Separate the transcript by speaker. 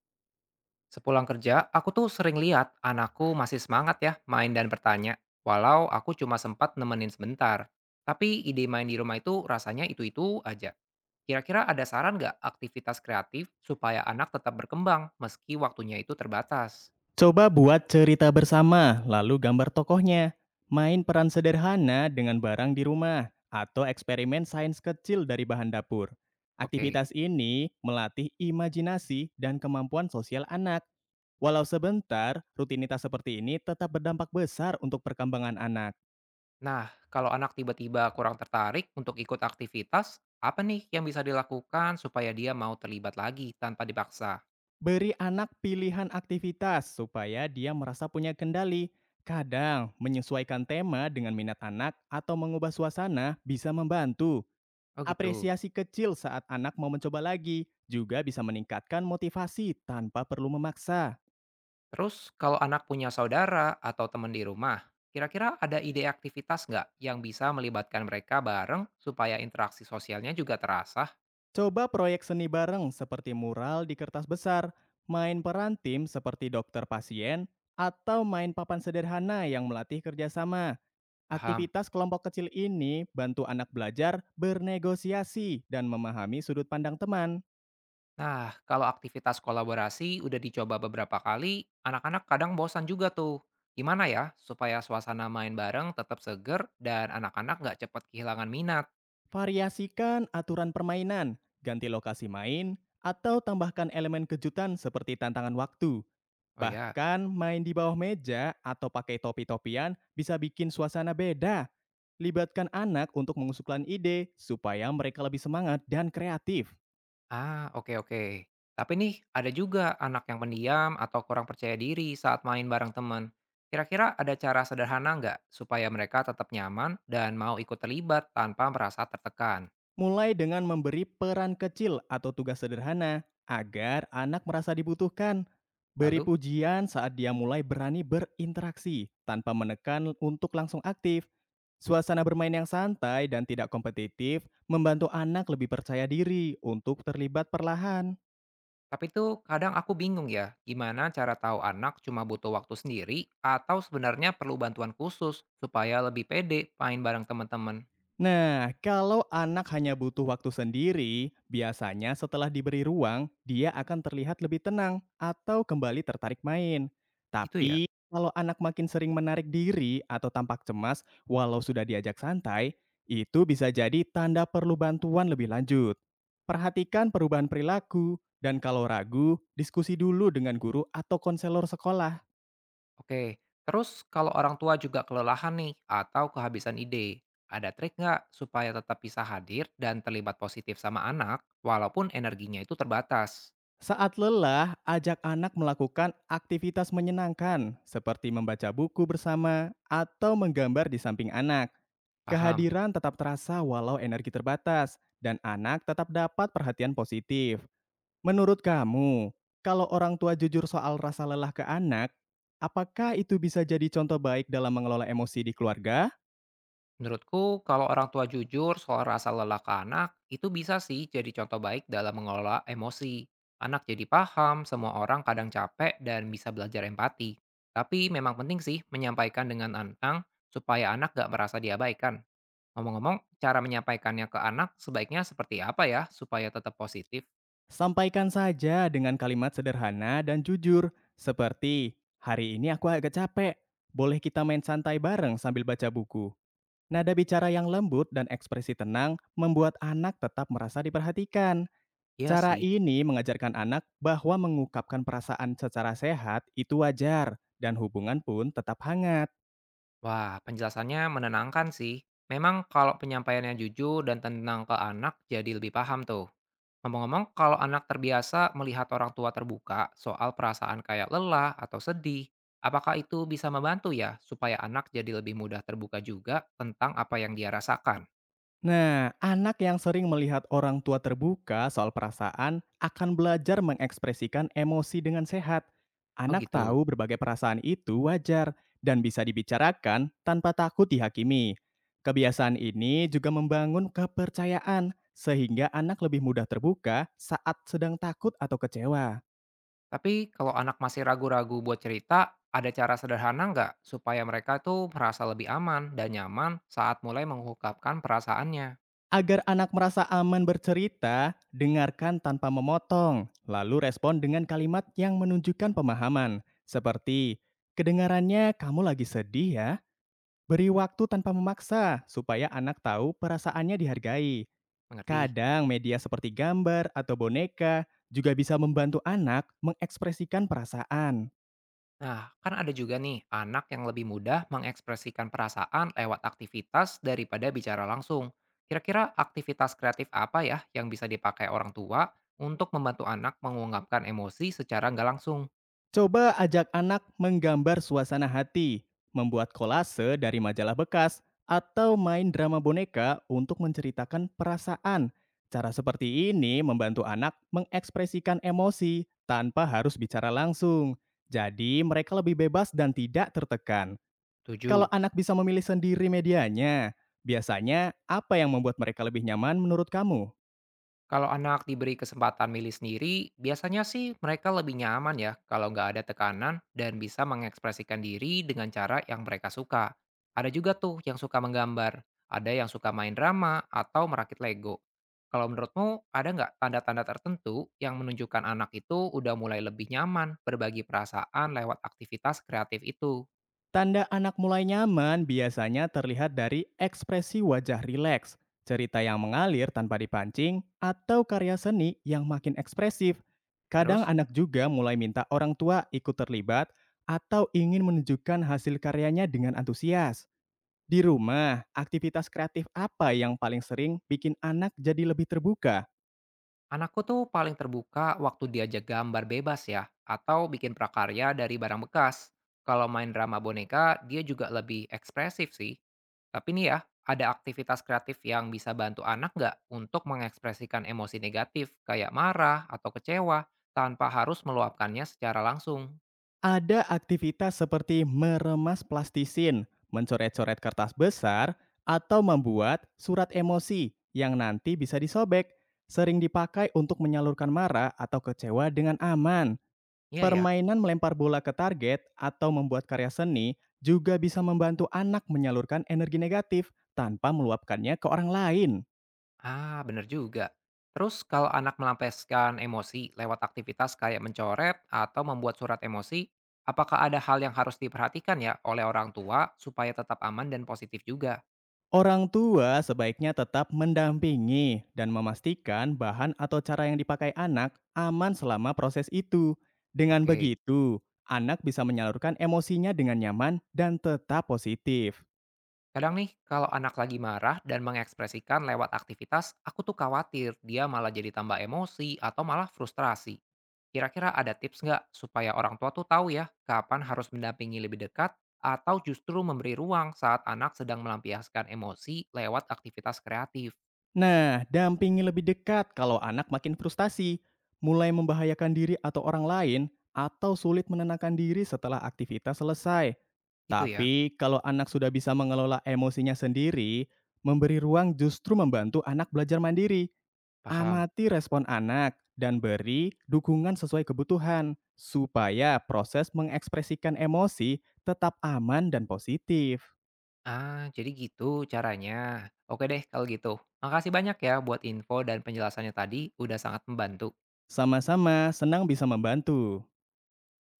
Speaker 1: Sepulang kerja, aku tuh sering lihat anakku masih semangat ya main dan bertanya, walau aku cuma sempat nemenin sebentar. Tapi ide main di rumah itu rasanya itu-itu aja. Kira-kira ada saran nggak aktivitas kreatif supaya anak tetap berkembang meski waktunya itu terbatas?
Speaker 2: Coba buat cerita bersama, lalu gambar tokohnya. Main peran sederhana dengan barang di rumah, atau eksperimen sains kecil dari bahan dapur.
Speaker 1: Oke,
Speaker 2: Aktivitas ini melatih imajinasi dan kemampuan sosial anak. Walau sebentar, rutinitas seperti ini tetap berdampak besar untuk perkembangan anak.
Speaker 1: nah kalau anak tiba-tiba kurang tertarik untuk ikut aktivitas, apa nih yang bisa dilakukan supaya dia mau terlibat lagi tanpa dipaksa?
Speaker 2: Beri anak pilihan aktivitas supaya dia merasa punya kendali. Kadang, menyesuaikan tema dengan minat anak atau mengubah suasana bisa membantu.
Speaker 1: Oh gitu.
Speaker 2: Apresiasi kecil saat anak mau mencoba lagi juga bisa meningkatkan motivasi tanpa perlu memaksa.
Speaker 1: Terus kalau anak punya saudara atau teman di rumah, kira-kira ada ide aktivitas nggak yang bisa melibatkan mereka bareng supaya interaksi sosialnya juga terasa?
Speaker 2: Coba proyek seni bareng seperti mural di kertas besar, main peran tim seperti dokter pasien, atau main papan sederhana yang melatih kerjasama.
Speaker 1: Paham.
Speaker 2: Aktivitas kelompok kecil ini bantu anak belajar bernegosiasi dan memahami sudut pandang teman.
Speaker 1: Nah, kalau aktivitas kolaborasi udah dicoba beberapa kali, anak-anak kadang bosan juga tuh. Gimana ya supaya suasana main bareng tetap seger dan anak-anak nggak cepat kehilangan minat?
Speaker 2: Variasikan aturan permainan, ganti lokasi main, atau tambahkan elemen kejutan seperti tantangan waktu.
Speaker 1: Oh ya.
Speaker 2: Bahkan main di bawah meja atau pakai topi-topian bisa bikin suasana beda. Libatkan anak untuk mengusulkan ide supaya mereka lebih semangat dan kreatif.
Speaker 1: Ah, oke oke. Tapi nih, ada juga anak yang pendiam atau kurang percaya diri saat main bareng teman. Kira-kira ada cara sederhana nggak supaya mereka tetap nyaman dan mau ikut terlibat tanpa merasa tertekan?
Speaker 2: Mulai dengan memberi peran kecil atau tugas sederhana agar anak merasa dibutuhkan. Beri
Speaker 1: Lalu,
Speaker 2: pujian saat dia mulai berani berinteraksi tanpa menekan untuk langsung aktif. Suasana bermain yang santai dan tidak kompetitif membantu anak lebih percaya diri untuk terlibat perlahan.
Speaker 1: tapi itu kadang aku bingung ya, gimana cara tahu anak cuma butuh waktu sendiri atau sebenarnya perlu bantuan khusus supaya lebih pede main bareng teman-teman.
Speaker 2: Nah, kalau anak hanya butuh waktu sendiri, biasanya setelah diberi ruang, dia akan terlihat lebih tenang atau kembali tertarik main.
Speaker 1: Gitu ya?
Speaker 2: Tapi, kalau anak makin sering menarik diri atau tampak cemas walau sudah diajak santai, itu bisa jadi tanda perlu bantuan lebih lanjut. Perhatikan perubahan perilaku, dan kalau ragu, diskusi dulu dengan guru atau konselor sekolah.
Speaker 1: Oke, terus kalau orang tua juga kelelahan nih atau kehabisan ide, ada trik nggak supaya tetap bisa hadir dan terlibat positif sama anak walaupun energinya itu terbatas?
Speaker 2: Saat lelah, ajak anak melakukan aktivitas menyenangkan seperti membaca buku bersama atau menggambar di samping anak.
Speaker 1: Paham.
Speaker 2: Kehadiran tetap terasa walau energi terbatas dan anak tetap dapat perhatian positif. Menurut kamu, kalau orang tua jujur soal rasa lelah ke anak, apakah itu bisa jadi contoh baik dalam mengelola emosi di keluarga?
Speaker 1: Menurutku, kalau orang tua jujur soal rasa lelah ke anak, itu bisa sih jadi contoh baik dalam mengelola emosi. Anak jadi paham, semua orang kadang capek dan bisa belajar empati. Tapi memang penting sih menyampaikan dengan antang supaya anak nggak merasa diabaikan. Ngomong-ngomong, cara menyampaikannya ke anak sebaiknya seperti apa ya supaya tetap positif?
Speaker 2: Sampaikan saja dengan kalimat sederhana dan jujur, seperti "Hari ini aku agak capek, boleh kita main santai bareng sambil baca buku." Nada bicara yang lembut dan ekspresi tenang membuat anak tetap merasa diperhatikan.
Speaker 1: Iya
Speaker 2: Cara
Speaker 1: sih.
Speaker 2: ini mengajarkan anak bahwa mengungkapkan perasaan secara sehat itu wajar dan hubungan pun tetap hangat.
Speaker 1: Wah, penjelasannya menenangkan sih. Memang kalau penyampaiannya jujur dan tenang ke anak jadi lebih paham tuh. Ngomong-ngomong, kalau anak terbiasa melihat orang tua terbuka soal perasaan kayak lelah atau sedih, apakah itu bisa membantu ya supaya anak jadi lebih mudah terbuka juga tentang apa yang dia rasakan?
Speaker 2: Nah, anak yang sering melihat orang tua terbuka soal perasaan akan belajar mengekspresikan emosi dengan sehat.
Speaker 1: Oh
Speaker 2: Anak
Speaker 1: gitu.
Speaker 2: tahu berbagai perasaan itu wajar dan bisa dibicarakan tanpa takut dihakimi. Kebiasaan ini juga membangun kepercayaan, sehingga anak lebih mudah terbuka saat sedang takut atau kecewa.
Speaker 1: Tapi kalau anak masih ragu-ragu buat cerita, ada cara sederhana nggak supaya mereka tuh merasa lebih aman dan nyaman saat mulai mengungkapkan perasaannya?
Speaker 2: Agar anak merasa aman bercerita, dengarkan tanpa memotong, lalu respon dengan kalimat yang menunjukkan pemahaman, seperti "Kedengarannya kamu lagi sedih ya." Beri waktu tanpa memaksa supaya anak tahu perasaannya dihargai.
Speaker 1: Mengerti?
Speaker 2: Kadang media seperti gambar atau boneka juga bisa membantu anak mengekspresikan perasaan.
Speaker 1: Nah, kan ada juga nih anak yang lebih mudah mengekspresikan perasaan lewat aktivitas daripada bicara langsung. Kira-kira aktivitas kreatif apa ya yang bisa dipakai orang tua untuk membantu anak mengungkapkan emosi secara nggak langsung?
Speaker 2: Coba ajak anak menggambar suasana hati, membuat kolase dari majalah bekas, atau main drama boneka untuk menceritakan perasaan. Cara seperti ini membantu anak mengekspresikan emosi tanpa harus bicara langsung. Jadi mereka lebih bebas dan tidak tertekan.
Speaker 1: Tujuh.
Speaker 2: Kalau anak bisa memilih sendiri medianya, biasanya apa yang membuat mereka lebih nyaman menurut kamu?
Speaker 1: Kalau anak diberi kesempatan milih sendiri, biasanya sih mereka lebih nyaman ya kalau nggak ada tekanan dan bisa mengekspresikan diri dengan cara yang mereka suka. Ada juga tuh yang suka menggambar, ada yang suka main drama atau merakit Lego. Kalau menurutmu, ada nggak tanda-tanda tertentu yang menunjukkan anak itu udah mulai lebih nyaman berbagi perasaan lewat aktivitas kreatif itu?
Speaker 2: Tanda anak mulai nyaman biasanya terlihat dari ekspresi wajah rileks, cerita yang mengalir tanpa dipancing, atau karya seni yang makin ekspresif. Kadang
Speaker 1: Terus?
Speaker 2: anak juga mulai minta orang tua ikut terlibat atau ingin menunjukkan hasil karyanya dengan antusias. Di rumah, aktivitas kreatif apa yang paling sering bikin anak jadi lebih terbuka?
Speaker 1: Anakku tuh paling terbuka waktu diajak gambar bebas ya, atau bikin prakarya dari barang bekas. Kalau main drama boneka, dia juga lebih ekspresif sih. Tapi nih ya, ada aktivitas kreatif yang bisa bantu anak nggak untuk mengekspresikan emosi negatif, kayak marah atau kecewa, tanpa harus meluapkannya secara langsung.
Speaker 2: Ada aktivitas seperti meremas plastisin, mencoret-coret kertas besar, atau membuat surat emosi yang nanti bisa disobek. Sering dipakai untuk menyalurkan marah atau kecewa dengan aman.
Speaker 1: Iya ya.
Speaker 2: Permainan melempar bola ke target atau membuat karya seni juga bisa membantu anak menyalurkan energi negatif tanpa meluapkannya ke orang lain.
Speaker 1: Ah, bener juga. Terus kalau anak melampiaskan emosi lewat aktivitas kayak mencoret atau membuat surat emosi, apakah ada hal yang harus diperhatikan ya oleh orang tua supaya tetap aman dan positif juga?
Speaker 2: Orang tua sebaiknya tetap mendampingi dan memastikan bahan atau cara yang dipakai anak aman selama proses itu. Dengan
Speaker 1: Oke.
Speaker 2: begitu, anak bisa menyalurkan emosinya dengan nyaman dan tetap positif.
Speaker 1: Kadang nih, kalau anak lagi marah dan mengekspresikan lewat aktivitas, aku tuh khawatir dia malah jadi tambah emosi atau malah frustrasi. Kira-kira ada tips nggak supaya orang tua tuh tahu ya kapan harus mendampingi lebih dekat atau justru memberi ruang saat anak sedang melampiaskan emosi lewat aktivitas kreatif?
Speaker 2: Nah, dampingi lebih dekat kalau anak makin frustasi, mulai membahayakan diri atau orang lain, atau sulit menenangkan diri setelah aktivitas selesai.
Speaker 1: Gitu ya,
Speaker 2: Tapi, kalau anak sudah bisa mengelola emosinya sendiri, memberi ruang justru membantu anak belajar mandiri.
Speaker 1: paham.
Speaker 2: Amati respon anak dan beri dukungan sesuai kebutuhan supaya proses mengekspresikan emosi tetap aman dan positif.
Speaker 1: Ah, jadi gitu caranya. Oke deh kalau gitu. Makasih banyak ya buat info dan penjelasannya tadi, udah sangat membantu.
Speaker 2: Sama-sama senang bisa membantu.